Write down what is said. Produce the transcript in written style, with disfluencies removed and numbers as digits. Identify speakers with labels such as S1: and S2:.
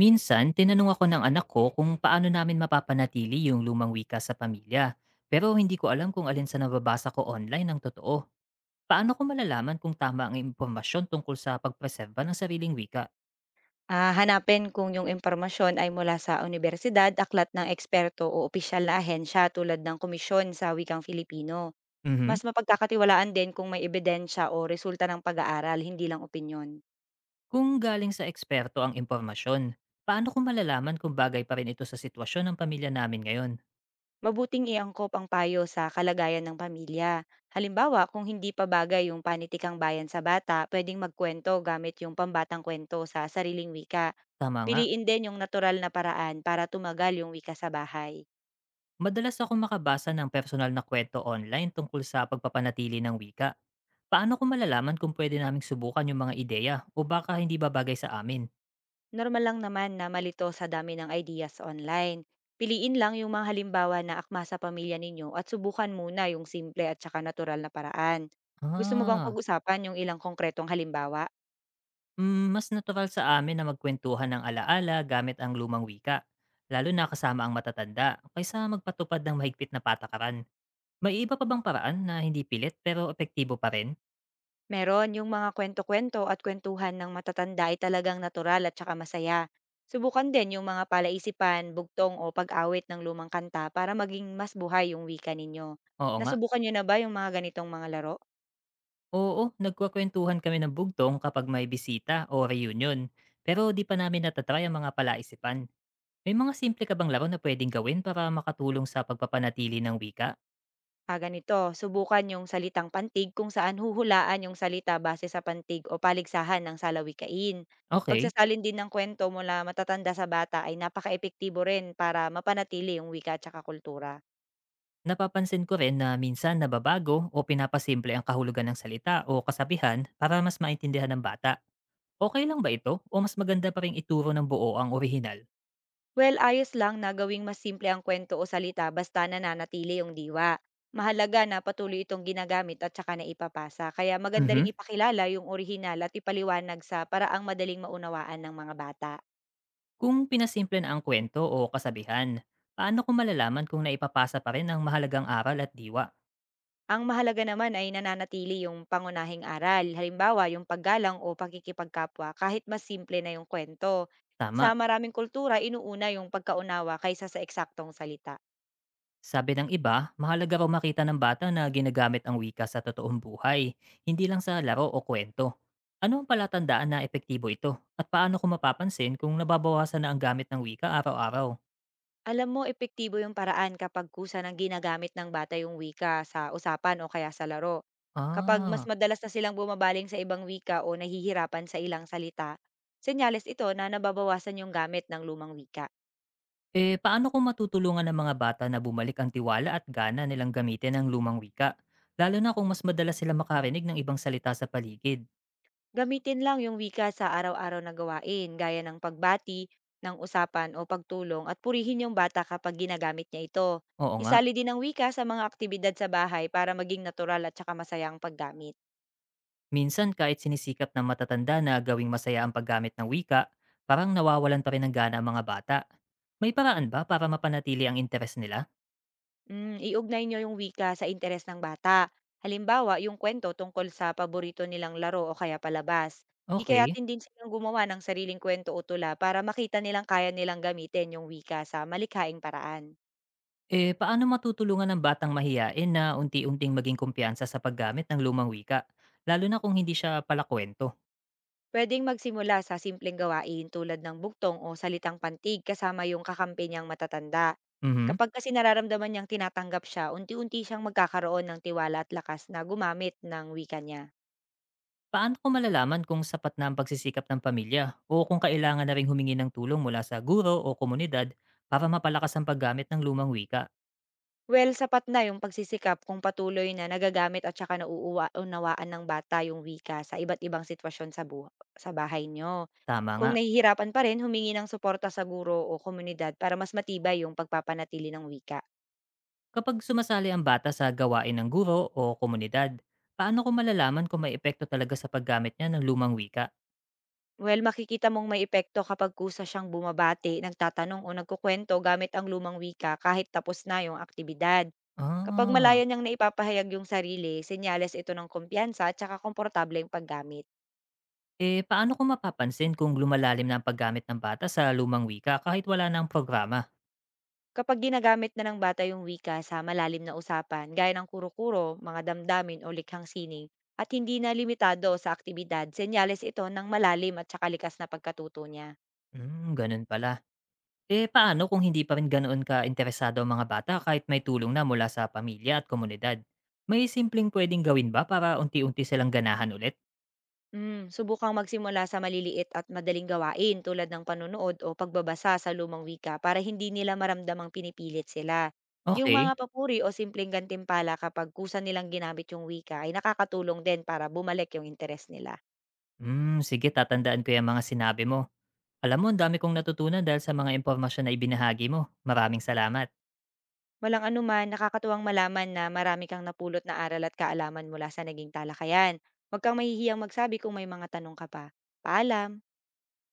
S1: Minsan, tinanong ako ng anak ko kung paano namin mapapanatili yung lumang wika sa pamilya. Pero hindi ko alam kung alin sa nababasa ko online ang totoo. Paano ko malalaman kung tama ang impormasyon tungkol sa pagpreserba ng sariling wika?
S2: Hanapin kung yung impormasyon ay mula sa unibersidad, aklat ng eksperto o opisyal na ahensya tulad ng komisyon sa wikang Filipino.
S1: Mhm.
S2: Mas mapagkakatiwalaan din kung may ebidensya o resulta ng pag-aaral, hindi lang opinyon.
S1: Kung galing sa eksperto ang impormasyon, paano ko malalaman kung bagay pa rin ito sa sitwasyon ng pamilya namin ngayon?
S2: Mabuting iangkop ang payo sa kalagayan ng pamilya. Halimbawa, kung hindi pa bagay yung panitikang bayan sa bata, pwedeng magkwento gamit yung pambatang kwento sa sariling wika.
S1: Tama nga.
S2: Piliin din yung natural na paraan para tumagal yung wika sa bahay.
S1: Madalas ako makabasa ng personal na kwento online tungkol sa pagpapanatili ng wika. Paano ko malalaman kung pwede naming subukan yung mga ideya o baka hindi ba bagay sa amin?
S2: Normal lang naman na malito sa dami ng ideas online. Piliin lang yung mga halimbawa na akma sa pamilya ninyo at subukan muna yung simple at saka natural na paraan. Gusto mo bang
S1: Ah,
S2: pag-usapan yung ilang konkretong halimbawa?
S1: mas natural sa amin na magkwentuhan ng alaala gamit ang lumang wika, lalo na kasama ang matatanda, kaysa magpatupad ng mahigpit na patakaran. May iba pa bang paraan na hindi pilit pero epektibo pa rin?
S2: Meron yung mga kwento-kwento at kwentuhan ng matatanda ay talagang natural at saka masaya. Subukan din yung mga palaisipan, bugtong o pag-awit ng lumang kanta para maging mas buhay yung wika ninyo.
S1: Oo nga.
S2: Nasubukan nyo na ba yung mga ganitong mga laro?
S1: Oo, nagkwakwentuhan kami ng bugtong kapag may bisita o reunion, pero di pa namin natatry ang mga palaisipan. May mga simple ka bang laro na pwedeng gawin para makatulong sa pagpapanatili ng wika?
S2: Ganito, subukan yung salitang pantig kung saan huhulaan yung salita base sa pantig o paligsahan ng salawikain.
S1: Okay.
S2: Pagsasalin din ng kwento mula matatanda sa bata ay napaka-epektibo rin para mapanatili yung wika at saka kultura.
S1: Napapansin ko rin na minsan nababago o pinapasimple ang kahulugan ng salita o kasabihan para mas maintindihan ng bata. Okay lang ba ito o mas maganda pa rin ituro ng buo ang orihinal?
S2: Well, ayos lang na gawing mas simple ang kwento o salita basta nananatili yung diwa. Mahalaga na patuloy itong ginagamit at saka naipapasa. Kaya maganda
S1: Mhm.
S2: ring ipakilala yung orihinal at ipaliwanag sa paraang madaling maunawaan ng mga bata.
S1: Kung pinasimple na ang kwento o kasabihan, paano ko malalaman kung naipapasa pa rin ang mahalagang aral at diwa?
S2: Ang mahalaga naman ay nananatili yung pangunahing aral, halimbawa yung paggalang o pakikipagkapwa kahit mas simple na yung kwento. Sa
S1: Tama.
S2: maraming kultura, inuuna yung pagkaunawa kaysa sa eksaktong salita.
S1: Sabi ng iba, mahalaga raw makita ng bata na ginagamit ang wika sa totoong buhay, hindi lang sa laro o kwento. Ano ang palatandaan na epektibo ito? At paano ko mapapansin kung nababawasan na ang gamit ng wika araw-araw?
S2: Alam mo, epektibo yung paraan kapag kusa ng ginagamit ng bata yung wika sa usapan o kaya sa laro. Kapag mas
S1: Ah,
S2: madalas na silang bumabaling sa ibang wika o nahihirapan sa ilang salita, senyales ito na nababawasan yung gamit ng lumang wika.
S1: eh paano ko matutulungan ng mga bata na bumalik ang tiwala at gana nilang gamitin ang lumang wika? Lalo na kung mas madalas sila makarinig ng ibang salita sa paligid.
S2: Gamitin lang yung wika sa araw-araw na gawain gaya ng pagbati, ng usapan o pagtulong at purihin yung bata kapag ginagamit niya ito.
S1: Oo nga.
S2: Isali din ang wika sa mga aktibidad sa bahay para maging natural at saka masaya ang paggamit.
S1: Minsan kahit sinisikap ng matatanda na gawing masaya ang paggamit ng wika, parang nawawalan pa rin ng gana ang mga bata. May paraan ba para mapanatili ang interes nila?
S2: Iugnay niyo yung wika sa interes ng bata. Halimbawa, yung kwento tungkol sa paborito nilang laro o kaya palabas.
S1: Okay.
S2: Hikayatin din silang gumawa ng sariling kwento o tula para makita nilang kaya nilang gamitin yung wika sa malikhaing paraan.
S1: Eh, paano matutulungan ng batang mahiyain na unti-unting maging kumpiyansa sa paggamit ng lumang wika, lalo na kung hindi siya palakwento?
S2: Pwedeng magsimula sa simpleng gawain tulad ng buktong o salitang pantig kasama yung kakampi niyang matatanda.
S1: Mhm.
S2: Kapag kasi nararamdaman niyang tinatanggap siya, unti-unti siyang magkakaroon ng tiwala at lakas na gumamit ng wika niya.
S1: Paano ko malalaman kung sapat na ang pagsisikap ng pamilya o kung kailangan na rin humingi ng tulong mula sa guro o komunidad para mapalakas ang paggamit ng lumang wika?
S2: Well, sapat na yung pagsisikap kung patuloy na nagagamit at saka nauunawaan ng bata yung wika sa iba't ibang sitwasyon sa, sa bahay niyo.
S1: Tama nga.
S2: Kung nahihirapan pa rin, humingi ng suporta sa guro o komunidad para mas matibay yung pagpapanatili ng wika.
S1: Kapag sumasali ang bata sa gawain ng guro o komunidad, paano ko malalaman kung may epekto talaga sa paggamit niya ng lumang wika?
S2: Well, makikita mong may epekto kapag kusa siyang bumabati, nagtatanong o nagkukwento gamit ang lumang wika kahit tapos na yung aktibidad. Kapag malaya
S1: Ah,
S2: niyang naipapahayag yung sarili, senyales ito ng kumpiyansa at saka komportable yung paggamit.
S1: eh paano ko mapapansin kung lumalalim na ang paggamit ng bata sa lumang wika kahit wala na ang programa?
S2: Kapag ginagamit na ng bata yung wika sa malalim na usapan, gaya ng kuro-kuro, mga damdamin o likhang sining, at hindi na limitado sa aktibidad, senyales ito ng malalim at saka likas na pagkatuto niya.
S1: Hmm, ganun pala. Eh paano kung hindi pa rin ganoon ka-interesado ang mga bata kahit may tulong na mula sa pamilya at komunidad? May simpleng pwedeng gawin ba para unti-unti silang ganahan ulit?
S2: Subukang magsimula sa maliliit at madaling gawain tulad ng panonood o pagbabasa sa lumang wika para hindi nila maramdamang pinipilit sila. Yung mga
S1: Okay.
S2: papuri o simpleng gantimpala kapag kusa nilang ginamit yung wika ay nakakatulong din para bumalik yung interes nila.
S1: Hmm, sige tatandaan ko yung mga sinabi mo. Alam mo, ang dami kong natutunan dahil sa mga impormasyon na ibinahagi mo. Maraming salamat.
S2: Walang anuman, nakakatuwang malaman na marami kang napulot na aral at kaalaman mula sa naging talakayan. Huwag kang mahihiyang magsabi kung may mga tanong ka pa. Paalam!